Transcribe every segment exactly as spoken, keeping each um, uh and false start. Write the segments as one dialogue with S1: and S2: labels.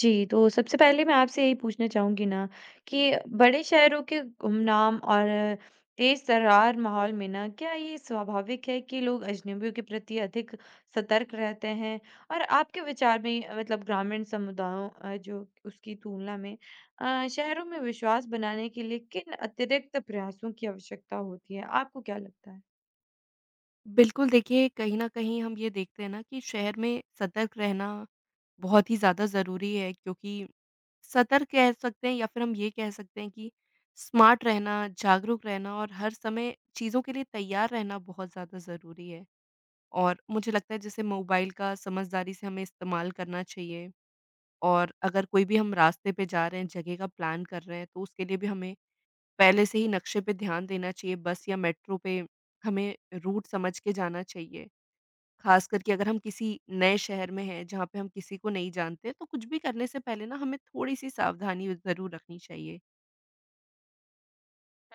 S1: जी, तो सबसे पहले मैं आपसे यही पूछना चाहूँगी ना कि बड़े शहरों के गुमनाम और तेज़तर्रार माहौल में ना, क्या ये स्वाभाविक है कि लोग अजनबियों के प्रति अधिक सतर्क रहते हैं? और आपके विचार में अ, मतलब ग्रामीण समुदायों अ, जो उसकी तुलना में अ, शहरों में विश्वास बनाने के लिए किन अतिरिक्त प्रयासों की आवश्यकता होती है? आपको क्या लगता है?
S2: बिल्कुल, देखिए कहीं न कहीं हम ये देखते हैं ना कि शहर में सतर्क रहना बहुत ही ज़्यादा ज़रूरी है क्योंकि सतर्क कह सकते हैं या फिर हम ये कह सकते हैं कि स्मार्ट रहना, जागरूक रहना और हर समय चीज़ों के लिए तैयार रहना बहुत ज़्यादा ज़रूरी है। और मुझे लगता है जैसे मोबाइल का समझदारी से हमें इस्तेमाल करना चाहिए, और अगर कोई भी हम रास्ते पे जा रहे हैं, जगह का प्लान कर रहे हैं, तो उसके लिए भी हमें पहले से ही नक्शे पे ध्यान देना चाहिए। बस या मेट्रो पे हमें रूट समझ के जाना चाहिए। खास करके अगर हम किसी नए शहर में हैं, जहाँ पे हम किसी को नहीं जानते, तो कुछ भी करने से पहले ना हमें थोड़ी-सी सावधानी ज़रूर रखनी चाहिए।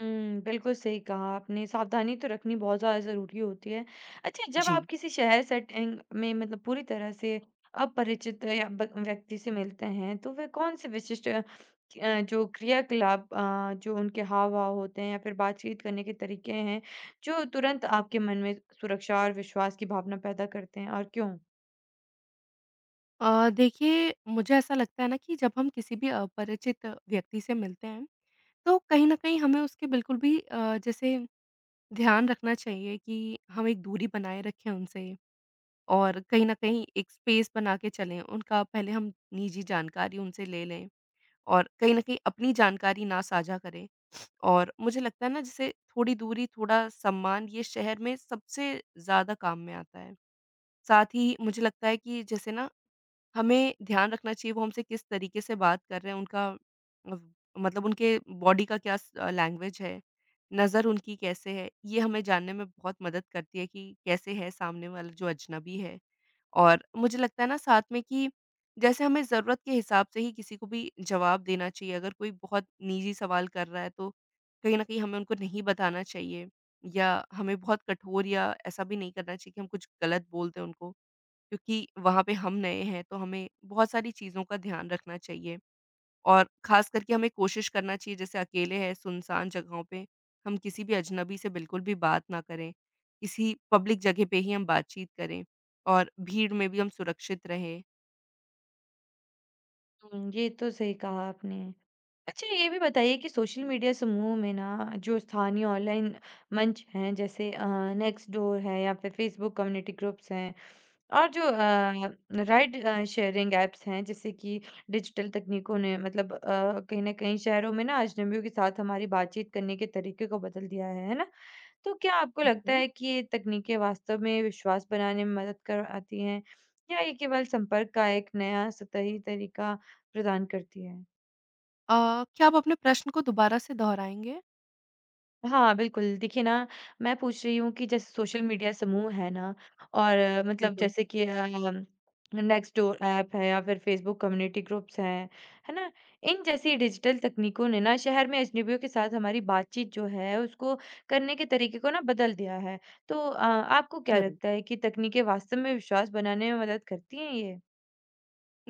S1: हुँ, बिल्कुल सही कहा आपने, सावधानी तो रखनी बहुत ज़्यादा ज़रूरी होती है। अच्छा, जब आप
S2: जी।
S1: किसी शहर सेटिंग में मतलब पूरी तरह से अपरिचित या ब व्यक्ति से मिलते हैं, तो वह कौन-से विशिष्ट अ, जो क्रियाकलाप अ, जो उनके हाव-भाव होते हैं या फिर बातचीत करने के तरीके हैं, जो तुरंत आपके मन में सुरक्षा और विश्वास की भावना पैदा करते हैं और क्यों?
S2: अ, देखिए, मुझे ऐसा लगता है ना कि जब हम किसी भी अपरिचित व्यक्ति से मिलते हैं, तो कहीं न कहीं हमें उसके बिल्कुल भी अ, जैसे ध्यान रखना चाहिए कि हम एक दूरी बनाए रखें उनसे और कहीं न कहीं एक स्पेस बना के चलें। उनका पहले हम निजी जानकारी उनसे ले लें और कहीं न कहीं अपनी जानकारी ना साझा करें। और मुझे लगता है ना जैसे थोड़ी दूरी, थोड़ा सम्मान ये शहर में सबसे ज़्यादा काम में आता है। साथ ही मुझे लगता है कि जैसे ना हमें ध्यान रखना चाहिए वो हमसे किस तरीके से बात कर रहे हैं, उनका अव मतलब उनके बॉडी का क्या स लैंग्वेज है, नज़र उनकी कैसे है, ये हमें जानने में बहुत मदद करती है कि कैसे है सामने वाला जो अजनबी है। और मुझे लगता है ना साथ में कि जैसे हमें ज़रूरत के हिसाब से ही किसी को भी जवाब देना चाहिए। अगर कोई बहुत निजी सवाल कर रहा है तो कहीं न कहीं हमें उनको नहीं बताना चाहिए, या हमें बहुत कठोर या ऐसा भी नहीं करना चाहिए कि हम कुछ गलत बोल दें उनको, क्योंकि वहाँ पे हम नए हैं, तो हमें बहुत सारी चीज़ों का ध्यान रखना चाहिए। और ख़ास करके हमें कोशिश करना चाहिए, जैसे अकेले हैं, सुनसान जगहों पे, हम किसी भी अजनबी से बिल्कुल भी बात ना करें। किसी पब्लिक जगह पे ही हम बातचीत करें और भीड़ में भी हम सुरक्षित रहें।
S1: हुँ, ये तो सही कहा आपने। अच्छा, ये भी बताइए कि सोशल मीडिया समूह में ना जो स्थानीय ऑनलाइन मंच हैं जैसे नेक्स्ट डोर है या फिर फेसबुक कम्युनिटी ग्रुप्स हैं और जो राइड शेयरिंग एप्स हैं जैसे कि डिजिटल तकनीकों ने मतलब अ, कहीं ना कहीं शहरों में ना अजनबियों के साथ हमारी बातचीत करने के तरीके को बदल दिया है है ना। तो क्या आपको
S2: ठीक
S1: लगता
S2: है।
S1: है कि ये तकनीकें वास्तव में विश्वास बनाने में मदद कर आती हैं, या ये केवल संपर्क का एक नया सतही तरीका प्रदान करती है?
S2: अ, क्या आप अपने प्रश्न को दोबारा से दोहराएँगे?
S1: हाँ, बिल्कुल। देखिए ना, मैं पूछ रही हूँ कि जैसे सोशल मीडिया समूह है ना और अ, मतलब
S2: बिल्कुल,
S1: जैसे कि अम, नेक्स्टडोर ऐप है या फिर फ़ेसबुक कम्युनिटी ग्रुप्स हैं, है ना? इन जैसी डिजिटल तकनीकों ने ना शहर में अजनबियों के साथ हमारी बातचीत जो है, उसको करने के तरीके को ना बदल दिया है। तो अ, आपको क्या
S2: ज़रूर।
S1: लगता है कि तकनीकें वास्तव में विश्वास बनाने में मदद करती हैं ये?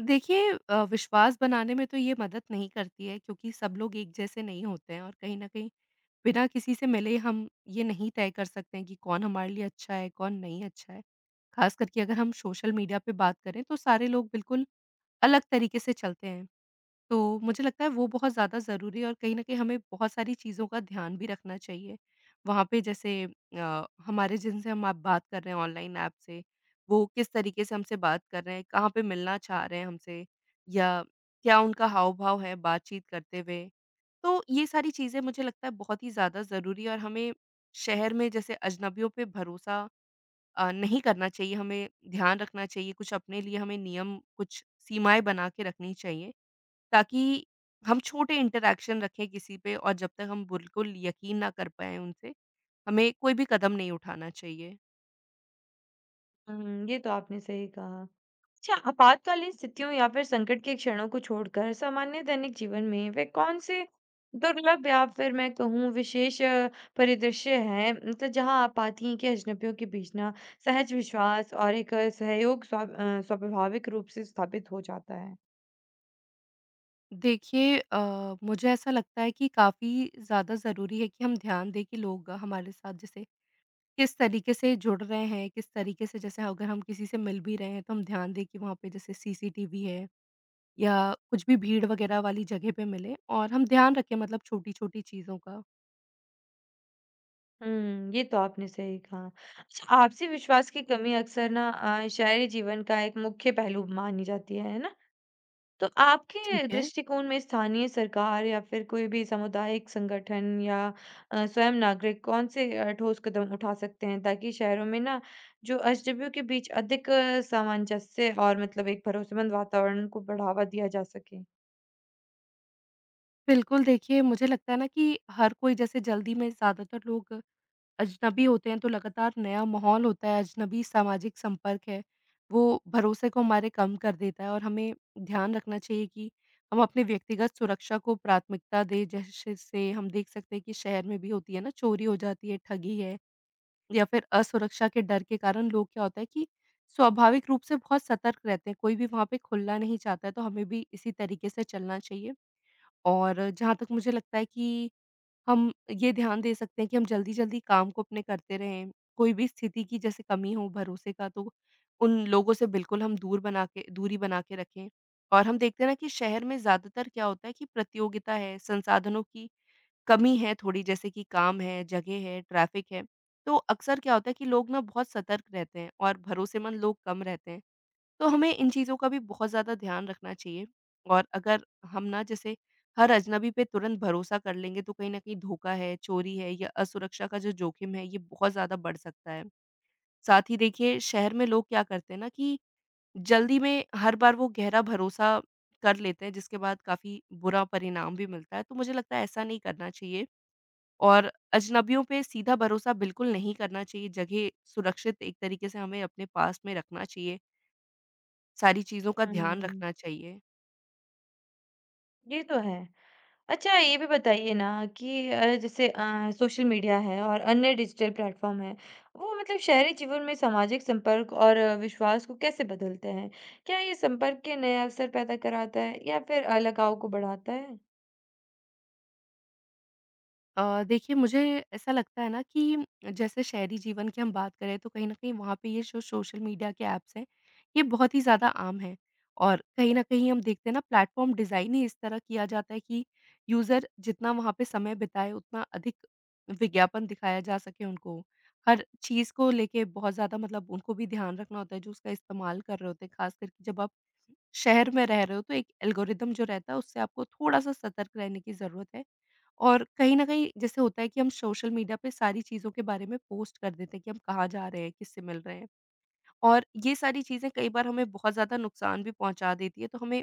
S2: देखिए, अ, विश्वास बनाने में तो ये मदद नहीं करती है, क्योंकि सब लोग एक जैसे नहीं होते हैं और कहीं न कहीं बिना किसी से मिले हम ये नहीं तय कर सकते हैं कि कौन हमारे लिए अच्छा है, कौन नहीं अच्छा है। खास करके अगर हम सोशल मीडिया पे बात करें, तो सारे लोग बिल्कुल अलग तरीके से चलते हैं। तो मुझे लगता है वो बहुत ज़्यादा ज़रूरी है और कहीं न कहीं हमें बहुत सारी चीज़ों का ध्यान भी रखना चाहिए। वहाँ पे जैसे अ, हमारे जिनसे हम आप बात कर रहे हैं ऑनलाइन ऐप से, वो किस तरीके से हमसे बात कर रहे हैं, कहाँ पे मिलना चाह रहे हैं हमसे, या क्या उनका हाव-भाव है बातचीत करते हुए। तो ये सारी चीज़ें मुझे लगता है बहुत ही ज़्यादा ज़रूरी है, और हमें शहर में जैसे अजनबियों पे भरोसा अ, नहीं करना चाहिए, हमें ध्यान रखना चाहिए, कुछ अपने लिए हमें नियम, कुछ सीमाएँ बना के रखनी चाहिए। ताकि हम छोटे इंटरैक्शन रखें किसी पे, और जब तक हम बिल्कुल यकीन ना कर पाएँ उनसे, हमें कोई भी कदम नहीं उठाना चाहिए।
S1: हुँ, ये तो आपने सही कहा। अच्छा, आपातकालीन स्थितियों या फिर संकट के क्षणों को छोड़कर सामान्य दैनिक जीवन में वे कौन से दुर्लभ या फिर मैं कहूँ विशेष अ, परिदृश्य हैं, मतलब जहाँ आप पाती हैं कि अजनबियों के बीच ना सहज विश्वास और एक अ, सहयोग स्वा- अ, स्वाभाविक रूप से स्थापित हो जाता है।
S2: देखिए, अ, मुझे ऐसा लगता है कि काफ़ी ज़्यादा ज़रूरी है कि हम ध्यान दें कि लोग हमारे साथ जैसे किस तरीके से जुड़ रहे हैं, किस तरीके से जैसे अगर हम किसी से मिल भी रहे हैं तो हम ध्यान दें कि वहाँ पे जैसे सीसीटीवी है, या कुछ भी भीड़ वगैरह वाली जगह पे मिलें, और हम ध्यान रखें मतलब छोटी-छोटी चीज़ों का।
S1: हम्म, ये तो आपने सही कहा। अच्छा, आपसी विश्वास की कमी अक्सर ना अ, शहरी जीवन का एक मुख्य पहलू मानी जाती है, है ना? तो आपके
S2: ठीक है।
S1: दृष्टिकोण में स्थानीय सरकार या फिर कोई भी सामुदायिक संगठन या अ, स्वयं नागरिक कौन से अ, ठोस कदम उठा सकते हैं, ताकि शहरों में ना जो एस डब्ल्यू के बीच अधिक अ, सामंजस्य और मतलब एक भरोसेमंद वातावरण को बढ़ावा दिया जा सके?
S2: बिल्कुल, देखिए, मुझे लगता है ना कि हर कोई जैसे जल्दी में, ज़्यादातर लोग अजनबी होते हैं, तो लगातार नया माहौल होता है, अजनबी सामाजिक संपर्क है, वो भरोसे को हमारे कम कर देता है और हमें ध्यान रखना चाहिए कि हम अपने व्यक्तिगत सुरक्षा को प्राथमिकता दें। जैसे से हम देख सकते हैं कि शहर में भी होती है ना, चोरी हो जाती है, ठगी है, या फिर असुरक्षा के डर के कारण लोग क्या होता है कि स्वाभाविक रूप से बहुत सतर्क रहते हैं, कोई भी वहाँ पे खुलना नहीं चाहता है, तो हमें भी इसी तरीके से चलना चाहिए। और जहाँ तक मुझे लगता है कि हम ये ध्यान दे सकते हैं कि हम जल्दी-जल्दी काम को अपने करते रहें। कोई भी स्थिति की जैसे कमी हो भरोसे का, तो उन लोगों से बिल्कुल हम दूर बना के, दूरी बना के रखें। और हम देखते हैं ना कि शहर में ज़्यादातर क्या होता है कि प्रतियोगिता है, संसाधनों की कमी है थोड़ी, जैसे कि काम है, जगह है, ट्रैफ़िक है। तो अक्सर क्या होता है कि लोग ना बहुत सतर्क रहते हैं और भरोसेमंद लोग कम रहते हैं। तो हमें इन चीज़ों का भी बहुत ज़्यादा ध्यान रखना चाहिए, और अगर हम ना जैसे हर अजनबी पे तुरंत भरोसा कर लेंगे, तो कहीं न कहीं धोखा है, चोरी है, या असुरक्षा का जो जोखिम है ये बहुत ज़्यादा बढ़ सकता है। साथ ही देखिए, शहर में लोग क्या करते हैं ना कि जल्दी में हर बार वो गहरा भरोसा कर लेते हैं, जिसके बाद काफ़ी बुरा परिणाम भी मिलता है, तो मुझे लगता है ऐसा नहीं करना चाहिए, और अजनबियों पे सीधा भरोसा बिल्कुल नहीं करना चाहिए, जगह सुरक्षित एक तरीके से हमें अपने पास में रखना चाहिए, सारी चीज़ों का ध्यान
S1: हम्म,
S2: रखना चाहिए।
S1: ये तो है। अच्छा, ये भी बताइए ना कि अ, जैसे अ, सोशल मीडिया है और अन्य डिजिटल प्लेटफॉर्म है, वो मतलब शहरी जीवन में सामाजिक संपर्क और अ, विश्वास को कैसे बदलते हैं? क्या ये संपर्क के नए अवसर पैदा कराता है या फिर अ, लगाव को बढ़ाता है?
S2: अ, देखिए, मुझे ऐसा लगता है ना कि जैसे शहरी जीवन की हम बात करें, तो कहीं न कहीं वहाँ पे ये जो सोशल मीडिया के ऐप्स हैं, ये बहुत ही ज़्यादा आम हैं। और कहीं न कहीं हम देखते हैं ना प्लेटफ़ॉर्म डिज़ाइन ही इस तरह किया जाता है कि यूज़र जितना वहाँ पे समय बिताए, उतना अधिक विज्ञापन दिखाया जा सके उनको। हर चीज़ को लेके बहुत ज़्यादा मतलब उनको भी ध्यान रखना होता है जो उसका इस्तेमाल कर रहे होते हैं, ख़ासकर कि जब आप शहर में रह रहे हो, तो एक एल्गोरिदम जो रहता है, उससे आपको थोड़ा-सा सतर्क रहने की ज़रूरत है। और कहीं न कहीं जैसे होता है कि हम सोशल मीडिया पे सारी चीज़ों के बारे में पोस्ट कर देते हैं कि हम कहाँ जा रहे हैं, किससे मिल रहे हैं, और ये सारी चीज़ें कई बार हमें बहुत ज़्यादा नुकसान भी पहुँचा देती है, तो हमें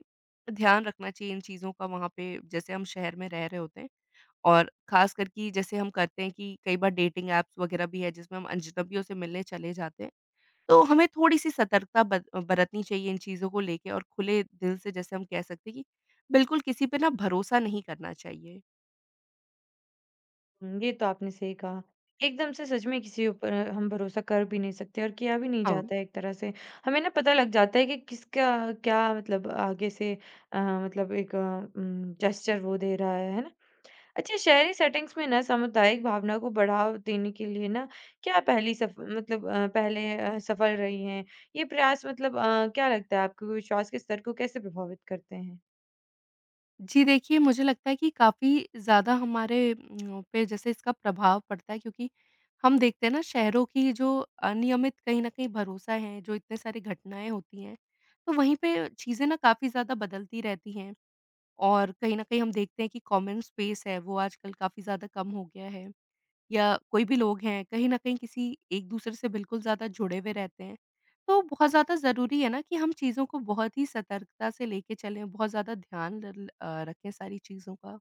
S2: ध्यान रखना चाहिए इन चीज़ों का वहाँ पे जैसे हम शहर में रह रहे होते हैं। और ख़ासकर कि जैसे हम करते हैं कि कई बार डेटिंग ऐप्स वग़ैरह भी है, जिसमें हम अजनबियों से मिलने चले जाते हैं, तो हमें थोड़ी-सी सतर्कता बद बरतनी चाहिए इन चीज़ों को लेके, और खुले दिल से जैसे हम कह सकते हैं कि बिल्कुल किसी पे ना भरोसा नहीं करना चाहिए।
S1: हम्म, ये तो आपने सही कहा। एकदम से सच में किसी ऊपर हम भरोसा कर भी नहीं सकते, और किया भी नहीं
S2: हाँ।
S1: जाता है एक तरह से। हमें ना पता लग जाता है कि किसका क्या मतलब आगे से अ, मतलब एक जेस्चर वो दे रहा है है ना। अच्छा, शहरी सेटिंग्स में ना सामुदायिक भावना को बढ़ावा देने के लिए ना क्या पहली सफ मतलब अ, पहले अ, सफल रही हैं? ये प्रयास मतलब अ, क्या लगता है आपको विश्वास के स्तर को कैसे प्रभावित करते हैं?
S2: जी देखिए, मुझे लगता है कि काफ़ी ज़्यादा हमारे उम, पे जैसे इसका प्रभाव पड़ता है, क्योंकि हम देखते हैं ना शहरों की जो अनियमित कहीं न कहीं भरोसा है, जो इतने सारी घटनाएँ होती हैं, तो वहीं पे चीज़ें ना काफ़ी ज़्यादा बदलती रहती हैं, और कहीं न कहीं हम देखते हैं कि कॉमन स्पेस है वो आजकल काफ़ी ज़्यादा कम हो गया है। या कोई भी लोग हैं, कहीं न कहीं किसी एक-दूसरे से बिल्कुल ज़्यादा जुड़े हुए रहते हैं। तो बहुत ज़्यादा ज़रूरी है ना कि हम चीज़ों को बहुत ही सतर्कता से लेके चलें, बहुत ज़्यादा ध्यान रल अ, रखें सारी चीज़ों का।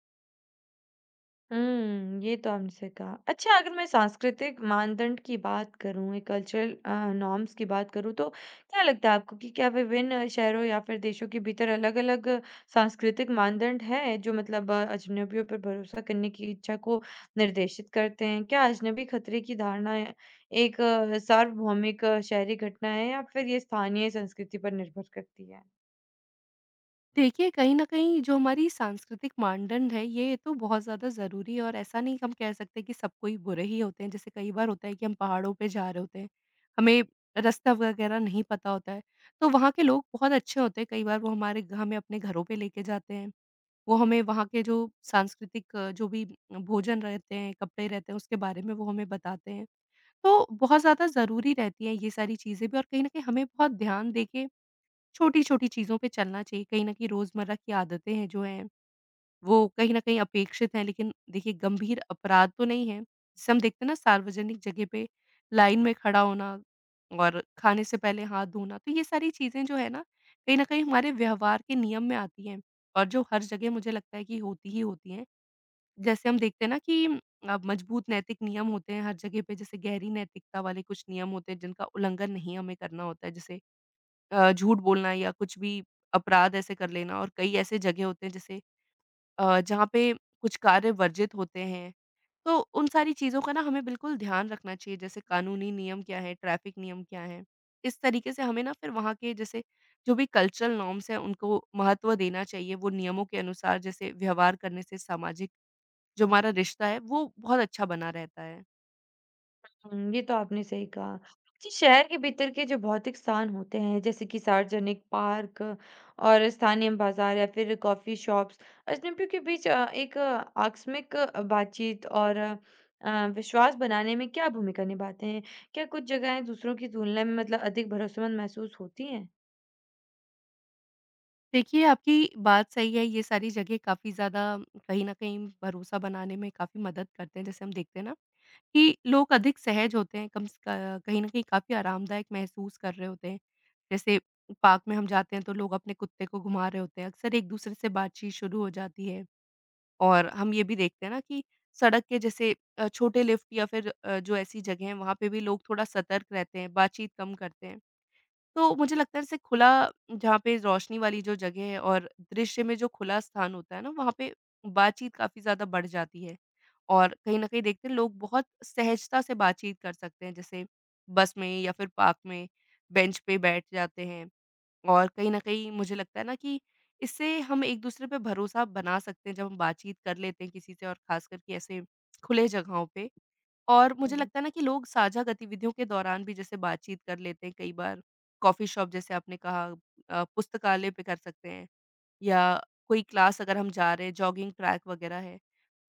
S1: हुँ, ये तो हमसे कहा। अच्छा, अगर मैं सांस्कृतिक मानदंड की बात करूँ, कल्चरल अ, नॉर्म्स की बात करूँ, तो क्या लगता है आपको कि क्या विभिन्न शहरों या फिर देशों के भीतर अलग-अलग सांस्कृतिक मानदंड हैं, जो मतलब अ, अजनबियों पर भरोसा करने की इच्छा को निर्देशित करते हैं? क्या अजनबी खतरे की धारणा है- एक अ, सार्वभौमिक अ, शहरी घटना है या फिर ये स्थानीय संस्कृति पर निर्भर करती है?
S2: देखिए, कहीं न कहीं जो हमारी सांस्कृतिक मानदंड है, ये तो बहुत ज़्यादा ज़रूरी है, और ऐसा नहीं कि हम कह सकते कि सब कोई बुरे ही होते हैं। जैसे कई बार होता है कि हम पहाड़ों पे जा रहे होते हैं, हमें रास्ता वगैरह नहीं पता होता है, तो वहाँ के लोग बहुत अच्छे होते हैं, कई बार वो हमारे हमें अपने घरों पे लेके जाते हैं। वो हमें वहाँ के जो सांस्कृतिक अ, जो भी भोजन रहते हैं, कपड़े रहते हैं, उसके बारे में वो हमें बताते हैं। तो बहुत ज़्यादा ज़रूरी रहती हैं ये सारी चीज़ें भी, और कहीं न कहीं हमें बहुत ध्यान देके छोटी-छोटी चीज़ों पे चलना चाहिए। कहीं न कहीं रोज़मर्रा की आदतें हैं जो हैं वो कहीं न कहीं अपेक्षित हैं, लेकिन देखिए गंभीर अपराध तो नहीं है। जिसे हम देखते हैं ना सार्वजनिक जगह पे लाइन में खड़ा होना और खाने से पहले हाथ धोना, तो ये सारी चीज़ें जो है ना, कहीं न कहीं हमारे व्यवहार के नियम में आती हैं, और जो हर जगह मुझे लगता है कि होती ही होती हैं। जैसे हम देखते हैं ना कि अ, मजबूत नैतिक नियम होते हैं हर जगह पे, जैसे गहरी नैतिकता वाले कुछ नियम होते हैं जिनका उल्लंघन नहीं हमें करना होता है। जैसे अ, झूठ बोलना या कुछ भी अपराध ऐसे कर लेना, और कई ऐसे जगह होते हैं जैसे अ, जहाँ पे कुछ कार्य वर्जित होते हैं। तो उन सारी चीज़ों का ना हमें बिल्कुल ध्यान रखना चाहिए, जैसे कानूनी नियम क्या हैं, ट्रैफ़िक नियम क्या हैं। इस तरीके से हमें ना फिर वहाँ के जैसे जो भी कल्चरल नॉर्म्स हैं, उनको महत्व देना चाहिए। वो नियमों के अनुसार जैसे व्यवहार करने से सामाजिक जो हमारा रिश्ता है, वो बहुत अच्छा बना रहता है।
S1: हुँ, ये तो आपने सही कहा। जी, शहर के भीतर के जो भौतिक स्थान होते हैं, जैसे कि सार्वजनिक पार्क और स्थानीय बाज़ार या फिर कॉफ़ी शॉप्स, अजनबियों के बीच अ, एक अ, आकस्मिक अ, बातचीत और अ, अ, विश्वास बनाने में क्या भूमिका निभाते हैं? क्या कुछ जगहें दूसरों की तुलना में मतलब अधिक भरोसेमंद महसूस होती हैं?
S2: देखिए, आपकी बात सही है, ये सारी जगह काफ़ी ज़्यादा कहीं न कहीं भरोसा बनाने में काफ़ी मदद करते हैं। जैसे हम देखते हैं ना कि लोग अधिक सहज होते हैं, कम स क कहीं न कहीं काफ़ी आरामदायक महसूस कर रहे होते हैं। जैसे पार्क में हम जाते हैं, तो लोग अपने कुत्ते को घुमा रहे होते हैं, अक्सर एक-दूसरे से बातचीत शुरू हो जाती है। और हम ये भी देखते हैं ना कि सड़क के जैसे अ, छोटे लिफ्ट या फिर अ, जो ऐसी जगह हैं, वहाँ पे भी लोग थोड़ा सतर्क रहते हैं, बातचीत कम करते हैं। तो मुझे लगता है जैसे खुला जहाँ पे रोशनी वाली जो जगह है और दृश्य में जो खुला स्थान होता है ना, वहाँ पे बातचीत काफ़ी ज़्यादा बढ़ जाती है। और कहीं न कहीं देखते हैं लोग बहुत सहजता से बातचीत कर सकते हैं, जैसे बस में या फिर पार्क में बेंच पे बैठ जाते हैं। और कहीं न कहीं मुझे लगता है ना कि इससे हम एक-दूसरे पे भरोसा बना सकते हैं, जब हम बातचीत कर लेते हैं किसी से और ख़ास करके ऐसे खुले जगहों पे। और मुझे लगता है ना कि लोग साझा गतिविधियों के दौरान भी जैसे बातचीत कर लेते हैं कई बार। कॉफ़ी शॉप जैसे आपने कहा अ, पुस्तकालय पे कर सकते हैं या कोई क्लास अगर हम जा रहे हैं, जॉगिंग ट्रैक वगैरह है।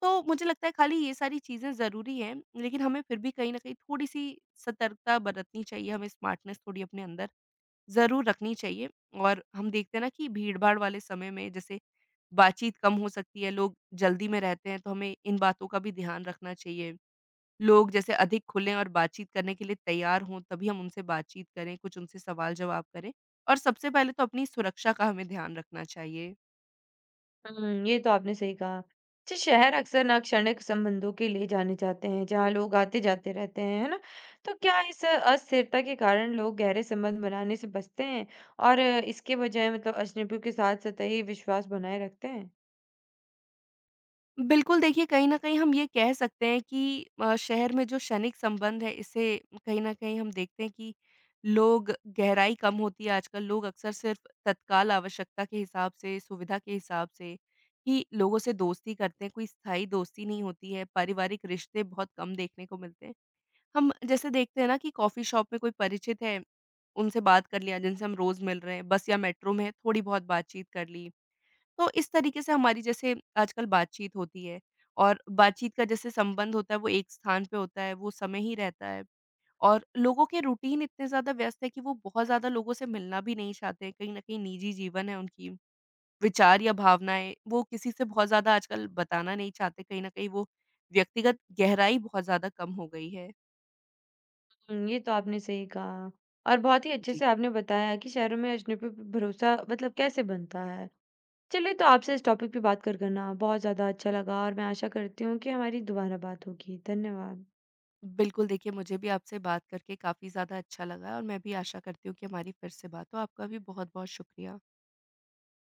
S2: तो मुझे लगता है खाली ये सारी चीज़ें ज़रूरी हैं, लेकिन हमें फिर भी कहीं न कहीं थोड़ी-सी सतर्कता बरतनी चाहिए, हमें स्मार्टनेस थोड़ी अपने अंदर ज़रूर रखनी चाहिए। और हम देखते हैं ना कि भीड़-भाड़ वाले समय में जैसे बातचीत कम हो सकती है, लोग जल्दी में रहते हैं, तो हमें इन बातों का भी ध्यान रखना चाहिए। लोग जैसे अधिक खुलें और बातचीत करने के लिए तैयार हों, तभी हम उनसे बातचीत करें, कुछ उनसे सवाल-जवाब करें और सबसे पहले तो अपनी सुरक्षा का हमें ध्यान रखना चाहिए।
S1: हुँ, ये तो आपने सही कहा। अच्छा, शहर अक्सर ना क्षणिक संबंधों के लिए जाने जाते हैं, जहाँ लोग आते-जाते रहते हैं, है ना? तो क्या इस अस्थिरता के कारण लोग गहरे संबंध बनाने से बचते हैं और इसके बजाय मतलब अजनबियों के साथ सतही विश्वास बनाए रखते हैं?
S2: बिल्कुल देखिए, कहीं न कहीं हम ये कह सकते हैं कि अ, शहर में जो क्षणिक संबंध है, इसे कहीं न कहीं हम देखते हैं कि लोग गहराई कम होती है आजकल, लोग अक्सर सिर्फ़ तत्काल आवश्यकता के हिसाब से, सुविधा के हिसाब से ही लोगों से दोस्ती करते हैं, कोई स्थायी दोस्ती नहीं होती है, पारिवारिक रिश्ते बहुत कम देखने को मिलते हैं। हम जैसे देखते हैं ना कि कॉफ़ी शॉप में कोई परिचित है, उनसे बात कर लिया जिनसे हम रोज़ मिल रहे हैं, बस या मेट्रो में थोड़ी बहुत बातचीत कर ली। तो इस तरीके से हमारी जैसे आजकल बातचीत होती है और बातचीत का जैसे संबंध होता है वो एक स्थान पे होता है, वो समय ही रहता है और लोगों के रूटीन इतने ज़्यादा व्यस्त है कि वो बहुत ज़्यादा लोगों से मिलना भी नहीं चाहते हैं, कहीं न कहीं निजी जीवन है उनकी, विचार या भावनाएँ वो किसी से बहुत ज़्यादा आजकल बताना नहीं चाहते, कहीं न कहीं वो व्यक्तिगत गहराई बहुत ज़्यादा कम हो गई है।
S1: हुँ, ये तो आपने सही कहा और बहुत ही अच्छे
S2: जी।
S1: से आपने बताया कि शहरों में अजनबियों पे भरोसा मतलब कैसे बनता है। चलिए, तो आपसे इस टॉपिक पे बात कर कर ना बहुत ज़्यादा अच्छा लगा और मैं आशा करती हूँ कि हमारी दोबारा बात होगी। धन्यवाद।
S2: बिल्कुल, देखिए मुझे भी आपसे बात करके काफ़ी ज़्यादा अच्छा लगा और मैं भी आशा करती हूँ कि हमारी फिर से बात हो। आपका भी बहुत-बहुत शुक्रिया।